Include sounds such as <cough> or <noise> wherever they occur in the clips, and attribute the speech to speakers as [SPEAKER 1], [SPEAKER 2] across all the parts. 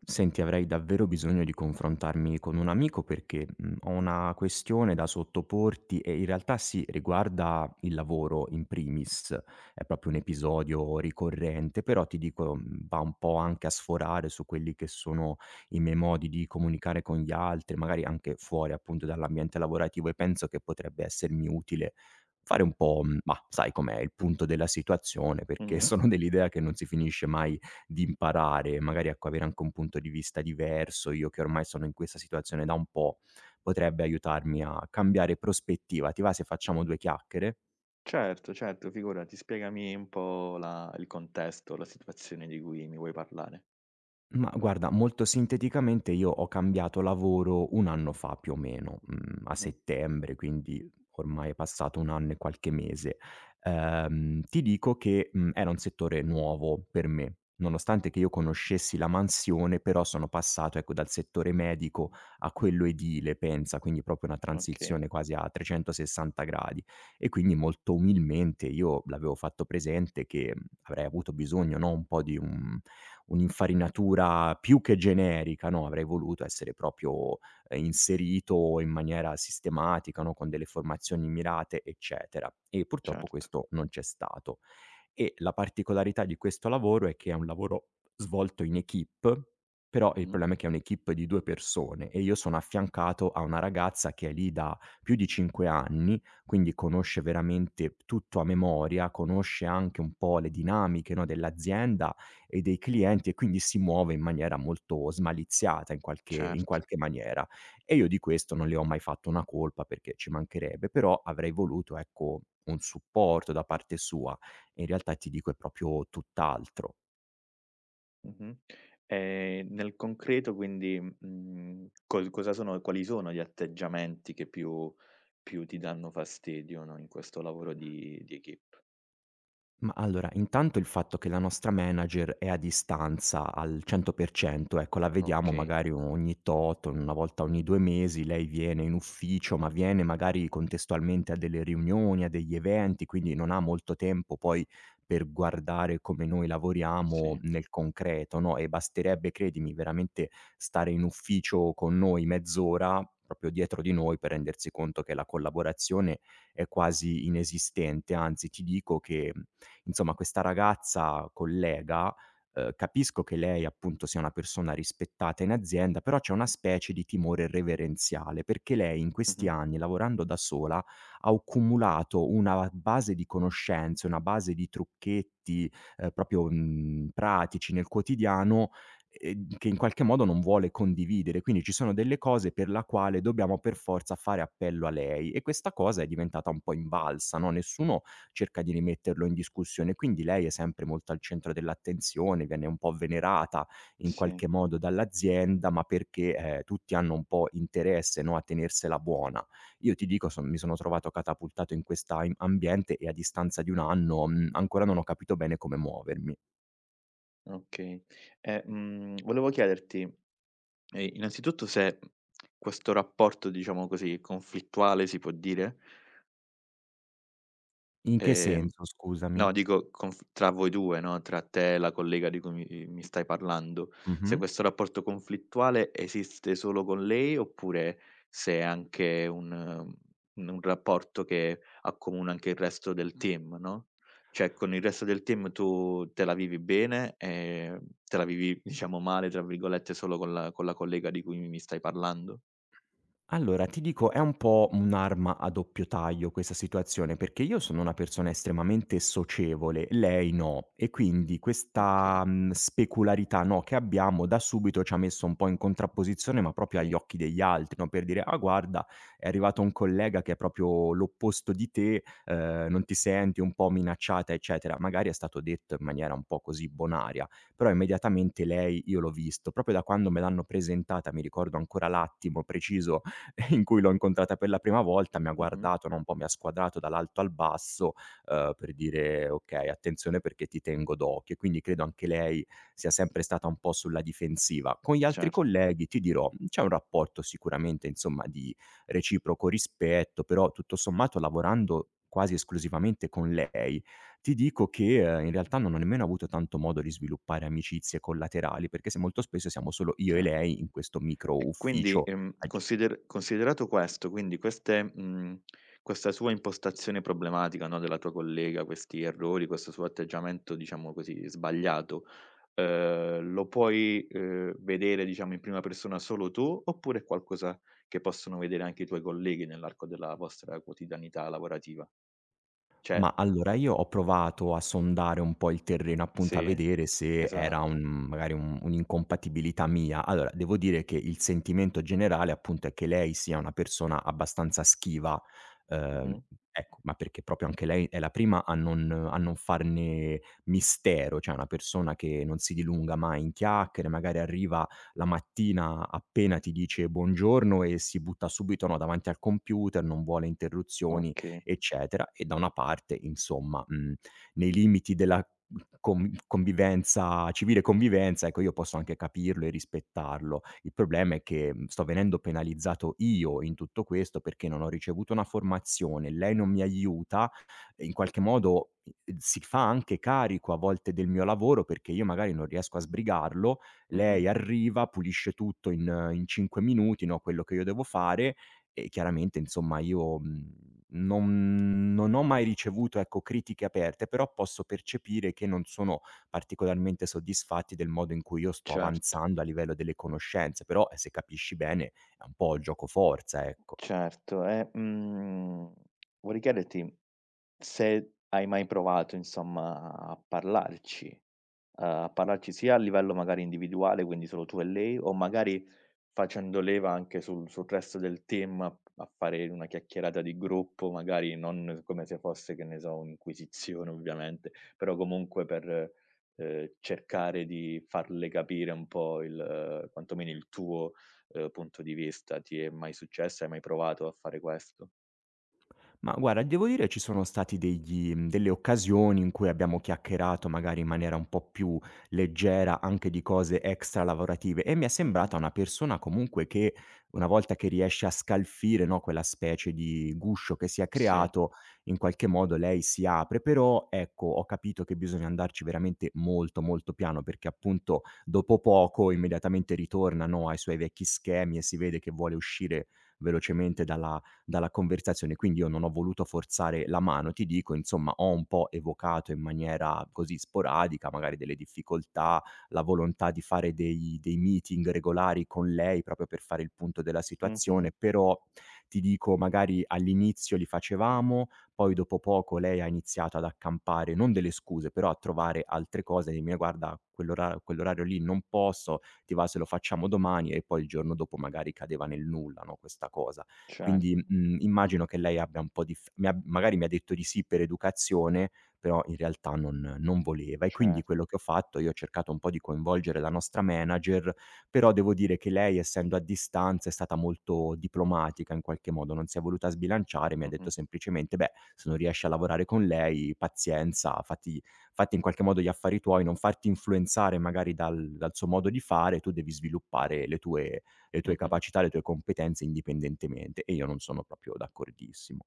[SPEAKER 1] Senti, avrei davvero bisogno di confrontarmi con un amico perché ho una questione da sottoporti e in realtà sì, riguarda il lavoro in primis, è proprio un episodio ricorrente, però ti dico, va un po' anche a sforare su quelli che sono i miei modi di comunicare con gli altri, magari anche fuori appunto dall'ambiente lavorativo e penso che potrebbe essermi utile. Fare un po', ma sai com'è il punto della situazione, perché <laughs>
[SPEAKER 2] Mh-mh.
[SPEAKER 1] sono dell'idea che non si finisce mai di imparare, magari ecco avere anche un punto di vista diverso, io che ormai sono in questa situazione da un po', potrebbe aiutarmi a cambiare prospettiva. Ti va se facciamo 2 chiacchiere?
[SPEAKER 2] Certo, certo, figurati, spiegami un po' la il contesto, la situazione di cui mi vuoi parlare.
[SPEAKER 1] Ma guarda, molto sinteticamente io ho cambiato lavoro 1 anno fa più o meno, a
[SPEAKER 2] Mh-mh.
[SPEAKER 1] settembre, quindi ormai è passato 1 anno e qualche mese. Ti dico che, era un settore nuovo per me, nonostante che io conoscessi la mansione, però sono passato, ecco, dal settore medico a quello edile, pensa, quindi proprio una
[SPEAKER 2] Okay,
[SPEAKER 1] transizione quasi a 360 gradi. E quindi molto umilmente io l'avevo fatto presente che, avrei avuto bisogno, no, un po' di un'infarinatura più che generica, no, avrei voluto essere proprio, inserito in maniera sistematica, no, con delle formazioni mirate, eccetera. E purtroppo
[SPEAKER 2] certo.
[SPEAKER 1] questo non c'è stato. E la particolarità di questo lavoro è che è un lavoro svolto in équipe, però il
[SPEAKER 2] Mh-mh.
[SPEAKER 1] problema è che è un'équipe di 2 persone e io sono affiancato a una ragazza che è lì da più di 5 anni, quindi conosce veramente tutto a memoria, conosce anche un po' le dinamiche, no, dell'azienda e dei clienti e quindi si muove in maniera molto smaliziata in
[SPEAKER 2] Certo.
[SPEAKER 1] qualche maniera. E io di questo non le ho mai fatto una colpa perché ci mancherebbe, però avrei voluto, ecco, un supporto da parte sua e in realtà ti dico è proprio tutt'altro.
[SPEAKER 2] Mh-mh. Nel concreto quindi, cos cosa sono quali sono gli atteggiamenti che più ti danno fastidio, no, in questo lavoro di equip.
[SPEAKER 1] Ma allora, intanto il fatto che la nostra manager è a distanza al 100%, ecco, la vediamo
[SPEAKER 2] Okay,
[SPEAKER 1] magari ogni tot, una volta ogni 2 mesi, lei viene in ufficio, ma viene magari contestualmente a delle riunioni, a degli eventi, quindi non ha molto tempo poi per guardare come noi lavoriamo
[SPEAKER 2] sì.
[SPEAKER 1] nel concreto, no, e basterebbe, credimi, veramente stare in ufficio con noi mezz'ora, proprio dietro di noi, per rendersi conto che la collaborazione è quasi inesistente, anzi ti dico che insomma, questa ragazza collega, capisco che lei appunto sia una persona rispettata in azienda, però c'è una specie di timore reverenziale, perché lei in questi
[SPEAKER 2] Mh-mh.
[SPEAKER 1] anni, lavorando da sola, ha accumulato una base di conoscenze, una base di trucchetti, proprio, pratici nel quotidiano, che in qualche modo non vuole condividere. Quindi ci sono delle cose per la quale dobbiamo per forza fare appello a lei e questa cosa è diventata un po' invalsa, no, nessuno cerca di rimetterlo in discussione. Quindi lei è sempre molto al centro dell'attenzione, viene un po' venerata in
[SPEAKER 2] Sì,
[SPEAKER 1] qualche modo dall'azienda, ma perché, tutti hanno un po' interesse, no, a tenersela buona. Io ti dico son mi sono trovato catapultato in questa im ambiente e a distanza di 1 anno, ancora non ho capito bene come muovermi.
[SPEAKER 2] okay. E, volevo chiederti. E innanzitutto se questo rapporto, diciamo così, conflittuale si può dire?
[SPEAKER 1] In che
[SPEAKER 2] Ehm,
[SPEAKER 1] senso, scusami?
[SPEAKER 2] no, dico conf tra voi 2, no, tra te e la collega di cui mi stai parlando, se
[SPEAKER 1] Mh-mh.
[SPEAKER 2] questo rapporto conflittuale esiste solo con lei oppure se è anche un un rapporto che accomuna anche il resto del team, no, cioè con il resto del team tu te la vivi bene e te la vivi diciamo "male" tra virgolette solo con la collega di cui mi stai parlando?
[SPEAKER 1] Allora, ti dico, è un po' un'arma a doppio taglio questa situazione, perché io sono una persona estremamente socievole, lei no, e quindi questa
[SPEAKER 2] Okay,
[SPEAKER 1] specularità no, che abbiamo da subito ci ha messo un po' in contrapposizione, ma proprio agli
[SPEAKER 2] okay.
[SPEAKER 1] occhi degli altri, no? Per dire, ah guarda, è arrivato un collega che è proprio l'opposto di te, non ti senti un po' minacciata, eccetera. Magari è stato detto in maniera un po' così bonaria, però immediatamente lei, io l'ho visto, proprio da quando me l'hanno presentata, mi ricordo ancora l'attimo preciso <laughs> in cui l'ho incontrata per la prima volta, mi ha
[SPEAKER 2] Mh-mh.
[SPEAKER 1] guardato, no, un po' mi ha squadrato dall'alto al basso, per dire: "Okay, attenzione perché ti tengo d'occhio." E quindi credo anche lei sia sempre stata un po' sulla difensiva. Con gli altri
[SPEAKER 2] Certo,
[SPEAKER 1] colleghi, ti dirò, c'è un rapporto sicuramente, insomma, di reciproco rispetto, però tutto sommato lavorando quasi esclusivamente con lei, ti dico che, in realtà non ho nemmeno avuto tanto modo di sviluppare amicizie collaterali, perché se molto spesso siamo solo io e
[SPEAKER 2] certo.
[SPEAKER 1] lei in questo micro
[SPEAKER 2] E quindi,
[SPEAKER 1] ufficio a ges
[SPEAKER 2] considerato questo, quindi questa sua impostazione problematica, no, della tua collega, questi errori, questo suo atteggiamento, diciamo così, sbagliato, lo puoi, vedere, diciamo, in prima persona solo tu, oppure è qualcosa che possono vedere anche i tuoi colleghi nell'arco della vostra quotidianità lavorativa? Cioè
[SPEAKER 1] ma allora io ho provato a sondare un po' il terreno, appunto a
[SPEAKER 2] sì?
[SPEAKER 1] vedere se era
[SPEAKER 2] Esatto.
[SPEAKER 1] un magari un un'incompatibilità mia. Allora, devo dire che il sentimento generale, appunto, è che lei sia una persona abbastanza schiva, ehm,
[SPEAKER 2] Mh-mh.
[SPEAKER 1] ecco, ma perché proprio anche lei è la prima a non farne mistero, cioè è una persona che non si dilunga mai in chiacchiere, magari arriva la mattina appena ti dice buongiorno e si butta subito, no, davanti al computer, non vuole interruzioni
[SPEAKER 2] Okay.
[SPEAKER 1] eccetera. E da una parte, insomma, nei limiti della convivenza civile convivenza, ecco, io posso anche capirlo e rispettarlo. Il problema è che, sto venendo penalizzato io in tutto questo perché non ho ricevuto una formazione, lei non mi aiuta, e in qualche modo i si fa anche carico a volte del mio lavoro perché io magari non riesco a sbrigarlo,
[SPEAKER 2] Mh-mh.
[SPEAKER 1] lei arriva, pulisce tutto in in 5 minuti, no, quello che io devo fare e chiaramente, insomma, io, mhmm non ho mai ricevuto, ecco, critiche aperte, però posso percepire che non sono particolarmente soddisfatti del modo in cui io sto
[SPEAKER 2] Certo.
[SPEAKER 1] avanzando a livello delle conoscenze, però, se capisci bene è un po' giocoforza, ecco.
[SPEAKER 2] Certo e, vorrei chiederti se hai mai provato, insomma, a parlarci, sia a livello magari individuale, quindi solo tu e lei, o magari facendo leva anche sul resto del team a fare una chiacchierata di gruppo, magari non come se fosse, che ne so, un'inquisizione ovviamente, però comunque per cercare di farle capire un po' il quantomeno il tuo punto di vista. Ti è mai successo? Hai mai provato a fare questo?
[SPEAKER 1] Ma guarda, devo dire ci sono stati delle occasioni in cui abbiamo chiacchierato magari in maniera un po' più leggera anche di cose extra lavorative e mi è
[SPEAKER 2] Mh-mh.
[SPEAKER 1] sembrata una persona comunque che, una volta che riesce a scalfire, no, quella specie di guscio che si è
[SPEAKER 2] Sì.
[SPEAKER 1] creato, in qualche modo lei si apre. Però ecco, ho capito che bisogna andarci veramente molto, molto piano perché appunto dopo poco immediatamente ritorna, no, ai suoi vecchi schemi e si vede che vuole uscire velocemente dalla conversazione. Quindi io non ho voluto forzare la mano, ti dico insomma ho un po' evocato in maniera così sporadica magari delle difficoltà, la volontà di fare dei meeting regolari con lei proprio per fare il punto della
[SPEAKER 2] Mh-mh.
[SPEAKER 1] situazione, però ti dico magari all'inizio li facevamo, poi dopo poco lei ha iniziato ad accampare non delle scuse, però a trovare altre cose, dirmi: "Guarda quell'orario lì non posso, ti va se lo facciamo domani" e poi il giorno dopo magari cadeva nel nulla, no, questa cosa. Quindi,
[SPEAKER 2] Certo,
[SPEAKER 1] immagino che lei abbia un po' di f mi ha magari mi ha detto di sì per educazione, però in realtà non voleva. E quindi quello
[SPEAKER 2] certo.
[SPEAKER 1] che ho fatto, io ho cercato un po' di coinvolgere la nostra manager, però devo dire che lei, essendo a distanza, è stata molto diplomatica in qualche modo, non si è voluta sbilanciare, mi ha detto
[SPEAKER 2] Mh-mh.
[SPEAKER 1] semplicemente: "Beh, se non riesci a lavorare con lei, pazienza, fatti in qualche modo gli affari tuoi, non farti influenzare magari dal suo modo di fare, tu devi sviluppare le tue
[SPEAKER 2] Mh-mh.
[SPEAKER 1] capacità, le tue competenze indipendentemente e io non sono proprio d'accordissimo.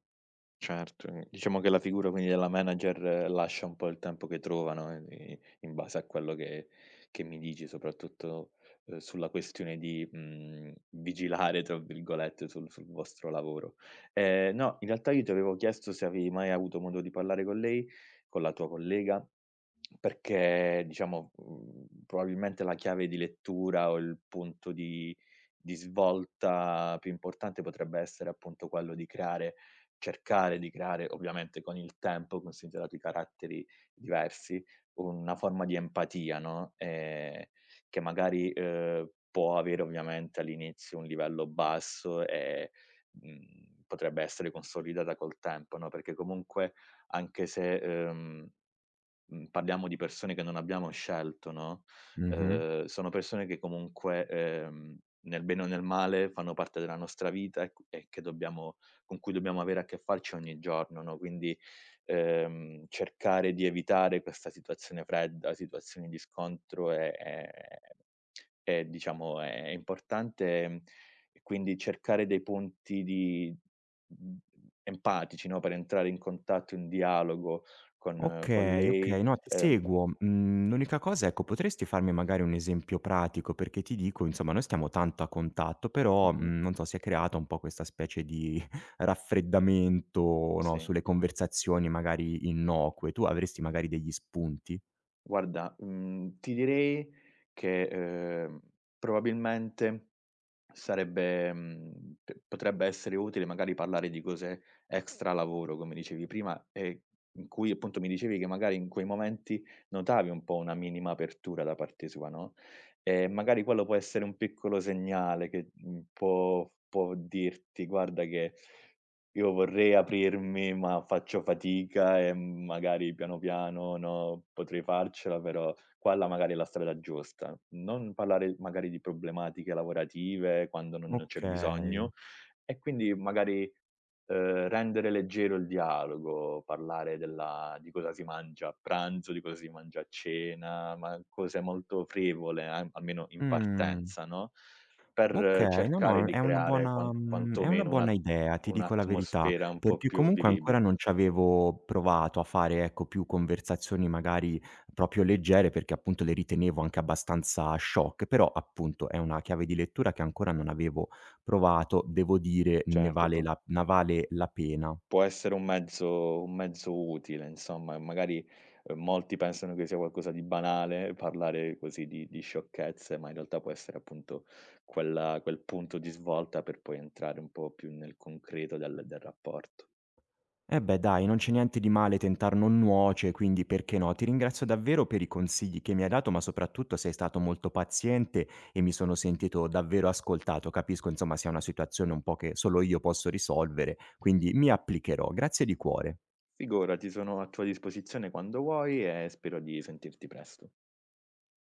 [SPEAKER 2] Certo, diciamo che la figura quindi della manager lascia un po' il tempo che trovano, i in base a quello che mi dici, soprattutto sulla questione di "vigilare" tra virgolette sul vostro lavoro. No, in realtà io ti avevo chiesto se avevi mai avuto modo di parlare con lei, con la tua collega, perché diciamo, probabilmente la chiave di lettura o il punto di svolta più importante potrebbe essere appunto quello di creare cercare di creare, ovviamente con il tempo, considerato i caratteri diversi, una forma di empatia, no, che magari può avere ovviamente all'inizio un livello basso e potrebbe essere consolidata col tempo, no, perché comunque anche se parliamo di persone che non abbiamo scelto, no,
[SPEAKER 1] Mh-mh.
[SPEAKER 2] sono persone che comunque nel bene o nel male fanno parte della nostra vita e c e che dobbiamo con cui dobbiamo avere a che farci ogni giorno, no, quindi cercare di evitare questa situazione fredda, situazioni di scontro è. Diciamo è importante, quindi cercare dei punti di mhmm, empatici, no, per entrare in contatto, in dialogo con
[SPEAKER 1] Okay,
[SPEAKER 2] lei,
[SPEAKER 1] okay, no ti
[SPEAKER 2] ehm
[SPEAKER 1] seguo. Mhmm, L'unica cosa, ecco, potresti farmi magari un esempio pratico? Perché ti dico, insomma, noi stiamo tanto a contatto, però,
[SPEAKER 2] mh-mh,
[SPEAKER 1] non so, si è creata un po' questa specie di <laughs> raffreddamento, no,
[SPEAKER 2] sì.
[SPEAKER 1] sulle conversazioni magari innocue. Tu avresti magari degli spunti?
[SPEAKER 2] Guarda, ti direi che, ehm, probabilmente sarebbe, p potrebbe essere utile magari parlare di cose extra lavoro, come dicevi prima, e in cui appunto mi dicevi che magari in quei momenti notavi un po' una minima apertura da parte sua, no, e magari quello può essere un piccolo segnale che può dirti: "Guarda che." Io vorrei aprirmi, ma faccio fatica e magari piano piano, no, potrei farcela, però quella magari è la strada giusta. Non parlare magari di problematiche lavorative quando non c'è
[SPEAKER 1] Okay.
[SPEAKER 2] bisogno e quindi magari rendere leggero il dialogo, parlare della di cosa si mangia a pranzo, di cosa si mangia a cena, ma cose molto frivole, a almeno in
[SPEAKER 1] Mh.
[SPEAKER 2] partenza, no, per
[SPEAKER 1] Okay, no,
[SPEAKER 2] cercare
[SPEAKER 1] no,
[SPEAKER 2] di
[SPEAKER 1] è una
[SPEAKER 2] creare
[SPEAKER 1] è una
[SPEAKER 2] quantomeno
[SPEAKER 1] buona
[SPEAKER 2] una
[SPEAKER 1] idea, ti dico la verità,
[SPEAKER 2] un'atmosfera un po'
[SPEAKER 1] perché
[SPEAKER 2] più
[SPEAKER 1] comunque ancora
[SPEAKER 2] vivibile.
[SPEAKER 1] non ci avevo provato a fare, ecco, più conversazioni magari proprio leggere, perché appunto le ritenevo anche abbastanza shock, però appunto è una chiave di lettura che ancora non avevo provato, devo dire
[SPEAKER 2] Certo, p
[SPEAKER 1] ne vale la pena.
[SPEAKER 2] può essere un mezzo utile insomma, e magari molti pensano che sia qualcosa di banale parlare così di sciocchezze, ma in realtà può essere appunto quel punto di svolta per poi entrare un po' più nel concreto del rapporto.
[SPEAKER 1] Eh beh dai, non c'è niente di male tentar non nuoce, quindi perché no? Ti ringrazio davvero per i consigli che mi hai dato, ma soprattutto sei stato molto paziente e mi sono sentito davvero ascoltato. Capisco insomma sia una situazione un po' che solo io posso risolvere, quindi mi applicherò. Grazie di cuore.
[SPEAKER 2] Figurati, sono a tua disposizione quando vuoi e spero di sentirti presto.